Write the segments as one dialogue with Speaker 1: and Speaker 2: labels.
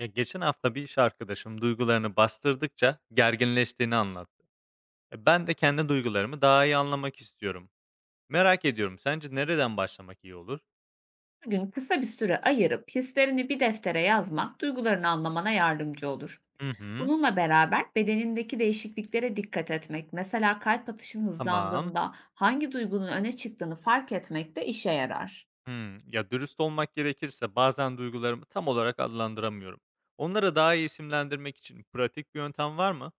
Speaker 1: Ya geçen hafta bir iş arkadaşım duygularını bastırdıkça gerginleştiğini anlattı. E ben de kendi duygularımı daha iyi anlamak istiyorum. Merak ediyorum sence nereden başlamak iyi olur?
Speaker 2: Her gün kısa bir süre ayırıp hislerini bir deftere yazmak duygularını anlamana yardımcı olur.
Speaker 1: Hı hı.
Speaker 2: Bununla beraber bedenindeki değişikliklere dikkat etmek, mesela kalp atışın
Speaker 1: Tamam.
Speaker 2: hızlandığında hangi duygunun öne çıktığını fark etmek de işe yarar.
Speaker 1: Ya dürüst olmak gerekirse bazen duygularımı tam olarak adlandıramıyorum. Onları daha iyi isimlendirmek için pratik bir yöntem var mı?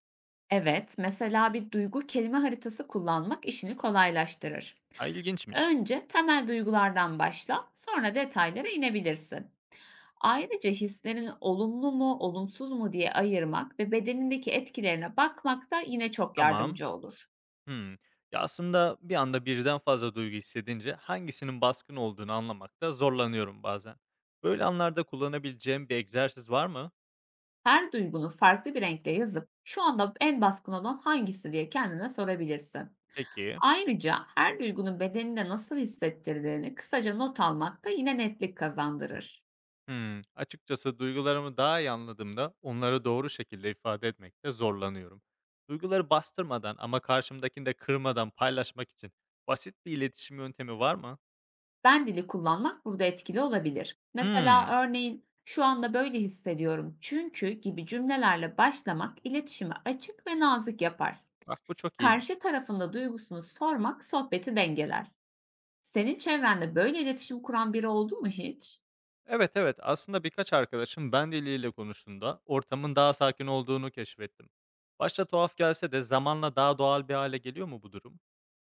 Speaker 2: Evet, mesela bir duygu kelime haritası kullanmak işini kolaylaştırır.
Speaker 1: Ha, ilginçmiş.
Speaker 2: Önce temel duygulardan başla, sonra detaylara inebilirsin. Ayrıca hislerini olumlu mu, olumsuz mu diye ayırmak ve bedenindeki etkilerine bakmak da yine çok
Speaker 1: Tamam.
Speaker 2: yardımcı olur.
Speaker 1: Hımm. Ya, aslında bir anda birden fazla duygu hissedince hangisinin baskın olduğunu anlamakta zorlanıyorum bazen. Böyle anlarda kullanabileceğim bir egzersiz var mı?
Speaker 2: Her duygunu farklı bir renkte yazıp şu anda en baskın olan hangisi diye kendine sorabilirsin.
Speaker 1: Peki.
Speaker 2: Ayrıca her duygunun bedeninde nasıl hissettirdiğini kısaca not almak da yine netlik kazandırır.
Speaker 1: Açıkçası duygularımı daha iyi anladığımda onları doğru şekilde ifade etmekte zorlanıyorum. Duyguları bastırmadan ama karşımdakini de kırmadan paylaşmak için basit bir iletişim yöntemi var mı?
Speaker 2: Ben dili kullanmak burada etkili olabilir. Mesela
Speaker 1: Hımm.
Speaker 2: örneğin şu anda böyle hissediyorum çünkü gibi cümlelerle başlamak iletişimi açık ve nazik yapar.
Speaker 1: Bak bu çok
Speaker 2: Karşı
Speaker 1: iyiymiş.
Speaker 2: tarafında duygusunu sormak sohbeti dengeler. Senin çevrende böyle iletişim kuran biri oldu mu hiç?
Speaker 1: Evet, evet. Aslında birkaç arkadaşım ben diliyle konuştuğunda ortamın daha sakin olduğunu keşfettim. Başta tuhaf gelse de zamanla daha doğal bir hale geliyor mu bu durum?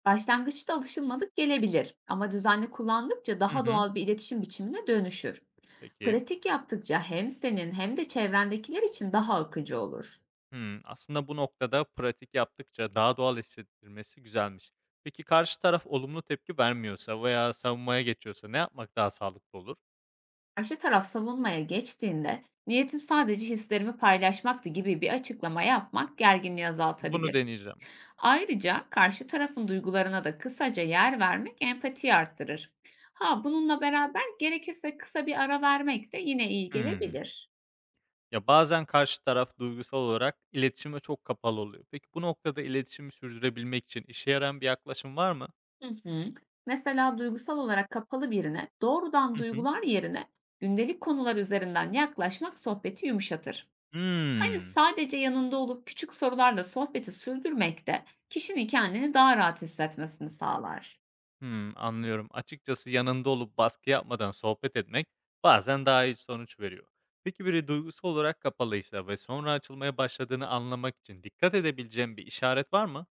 Speaker 2: Başlangıçta alışılmadık gelebilir ama düzenli kullandıkça
Speaker 1: Hı
Speaker 2: daha
Speaker 1: hı.
Speaker 2: doğal bir iletişim biçimine dönüşür.
Speaker 1: Peki.
Speaker 2: Pratik yaptıkça hem senin hem de çevrendekiler için daha akıcı olur.
Speaker 1: Aslında bu noktada pratik yaptıkça daha doğal hissettirmesi güzelmiş. Peki karşı taraf olumlu tepki vermiyorsa veya savunmaya geçiyorsa ne yapmak daha sağlıklı olur?
Speaker 2: Karşı taraf savunmaya geçtiğinde niyetim sadece hislerimi paylaşmaktı gibi bir açıklama yapmak gerginliği
Speaker 1: Bunu
Speaker 2: azaltabilir.
Speaker 1: deneyeceğim.
Speaker 2: Ayrıca karşı tarafın duygularına da kısaca yer vermek empatiyi arttırır. Ha, bununla beraber gerekirse kısa bir ara vermek de yine iyi
Speaker 1: Hmm.
Speaker 2: gelebilir.
Speaker 1: Ya bazen karşı taraf duygusal olarak iletişime çok kapalı oluyor. Peki bu noktada iletişimi sürdürebilmek için işe yarayan bir yaklaşım var mı?
Speaker 2: Hı hı. Mesela duygusal olarak kapalı birine doğrudan
Speaker 1: Hı hı.
Speaker 2: duygular yerine gündelik konular üzerinden yaklaşmak sohbeti yumuşatır. Aynen,
Speaker 1: Hımm.
Speaker 2: sadece yanında olup küçük sorularla sohbeti sürdürmek de kişinin kendini daha rahat hissetmesini sağlar.
Speaker 1: Anlıyorum. Açıkçası yanında olup baskı yapmadan sohbet etmek bazen daha iyi sonuç veriyor. Peki biri duygusal olarak kapalıysa ve sonra açılmaya başladığını anlamak için dikkat edebileceğim bir işaret var mı?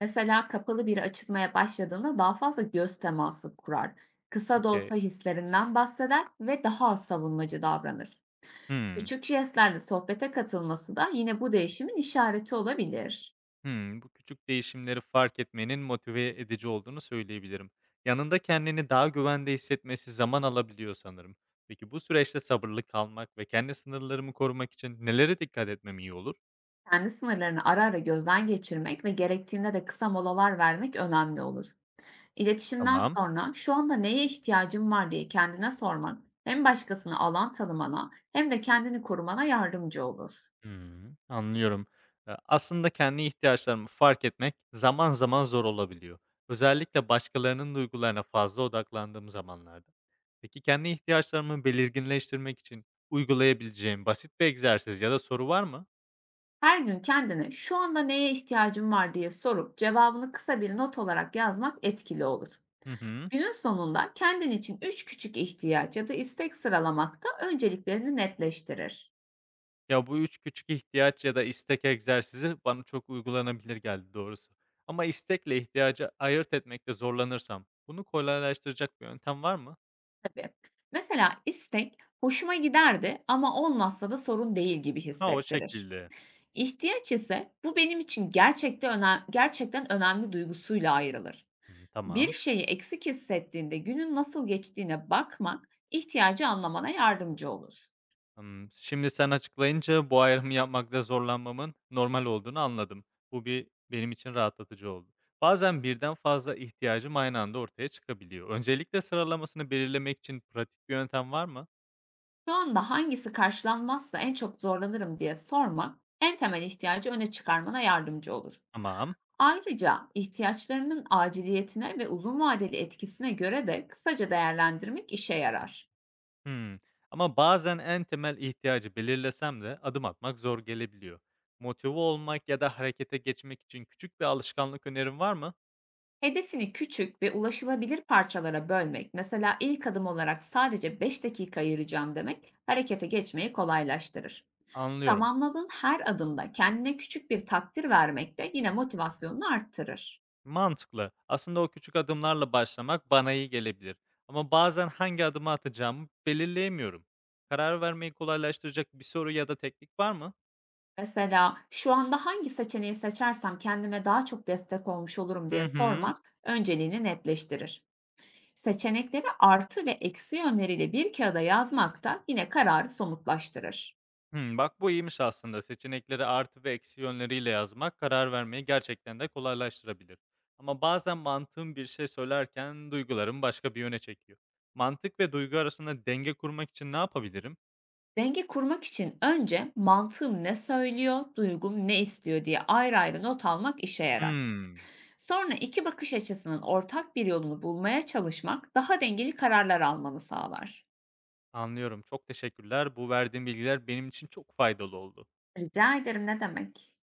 Speaker 2: Mesela kapalı biri açılmaya başladığında daha fazla göz teması kurar. Kısa da
Speaker 1: Okay.
Speaker 2: olsa hislerinden bahseder ve daha az savunmacı davranır.
Speaker 1: Hımm.
Speaker 2: Küçük jestlerle sohbete katılması da yine bu değişimin işareti olabilir.
Speaker 1: Bu küçük değişimleri fark etmenin motive edici olduğunu söyleyebilirim. Yanında kendini daha güvende hissetmesi zaman alabiliyor sanırım. Peki bu süreçte sabırlı kalmak ve kendi sınırlarımı korumak için nelere dikkat etmem iyi olur?
Speaker 2: Kendi sınırlarını ara ara gözden geçirmek ve gerektiğinde de kısa molalar vermek önemli olur. İletişimden
Speaker 1: Tamam.
Speaker 2: sonra "Şu anda neye ihtiyacım var?" diye kendine sorman hem başkasını alan tanımana hem de kendini korumana yardımcı olur.
Speaker 1: Anlıyorum. Aslında kendi ihtiyaçlarımı fark etmek zaman zaman zor olabiliyor. Özellikle başkalarının duygularına fazla odaklandığım zamanlarda. Peki kendi ihtiyaçlarımı belirginleştirmek için uygulayabileceğim basit bir egzersiz ya da soru var mı?
Speaker 2: Her gün kendine "Şu anda neye ihtiyacım var?" diye sorup cevabını kısa bir not olarak yazmak etkili olur.
Speaker 1: Hı hı.
Speaker 2: Günün sonunda kendin için 3 küçük ihtiyaç ya da istek sıralamak da önceliklerini netleştirir.
Speaker 1: Ya, bu üç küçük ihtiyaç ya da istek egzersizi bana çok uygulanabilir geldi doğrusu. Ama istekle ihtiyacı ayırt etmekte zorlanırsam bunu kolaylaştıracak bir yöntem var mı?
Speaker 2: Tabii. Mesela istek "Hoşuma giderdi ama olmazsa da sorun değil." gibi
Speaker 1: Ha, o
Speaker 2: hissettirir.
Speaker 1: şekilde.
Speaker 2: İhtiyaç ise bu benim için gerçekten önemli duygusuyla ayrılır. Bir
Speaker 1: Tamam.
Speaker 2: şeyi eksik hissettiğinde günün nasıl geçtiğine bakmak ihtiyacı anlamana yardımcı olur.
Speaker 1: Şimdi sen açıklayınca bu ayrımı yapmakta zorlanmamın normal olduğunu anladım. Bu bir benim için rahatlatıcı oldu. Bazen birden fazla ihtiyacım aynı anda ortaya çıkabiliyor. Öncelikle sıralamasını belirlemek için pratik bir yöntem var mı?
Speaker 2: Şu anda hangisi karşılanmazsa en çok zorlanırım diye sormak en temel ihtiyacı öne çıkarmana yardımcı olur.
Speaker 1: Tamam.
Speaker 2: Ayrıca ihtiyaçlarının aciliyetine ve uzun vadeli etkisine göre de kısaca değerlendirmek işe yarar.
Speaker 1: Hımm. Ama bazen en temel ihtiyacı belirlesem de adım atmak zor gelebiliyor. Motive olmak ya da harekete geçmek için küçük bir alışkanlık önerin var mı?
Speaker 2: Hedefini küçük ve ulaşılabilir parçalara bölmek, mesela ilk adım olarak sadece 5 dakika ayıracağım demek, harekete geçmeyi kolaylaştırır.
Speaker 1: Anlıyorum.
Speaker 2: Tamamladığın her adımda kendine küçük bir takdir vermek de yine motivasyonunu arttırır.
Speaker 1: Mantıklı. Aslında o küçük adımlarla başlamak bana iyi gelebilir. Ama bazen hangi adımı atacağımı belirleyemiyorum. Karar vermeyi kolaylaştıracak bir soru ya da teknik var mı?
Speaker 2: Mesela şu anda hangi seçeneği seçersem kendime daha çok destek olmuş olurum diye
Speaker 1: Hı hı.
Speaker 2: sormak önceliğini netleştirir. Seçenekleri artı ve eksi yönleriyle bir kağıda yazmak da yine kararı somutlaştırır.
Speaker 1: Hı, bak bu iyiymiş aslında. Seçenekleri artı ve eksi yönleriyle yazmak karar vermeyi gerçekten de kolaylaştırabilir. Ama bazen mantığım bir şey söylerken duygularım başka bir yöne çekiyor. Mantık ve duygu arasında denge kurmak için ne yapabilirim?
Speaker 2: Denge kurmak için önce mantığım ne söylüyor, duygum ne istiyor diye ayrı ayrı not almak işe yarar.
Speaker 1: Hmm,
Speaker 2: Sonra iki bakış açısının ortak bir yolunu bulmaya çalışmak daha dengeli kararlar almanı sağlar.
Speaker 1: anlıyorum. Çok teşekkürler. Bu verdiğin bilgiler benim için çok faydalı oldu.
Speaker 2: Rica ederim, ne demek?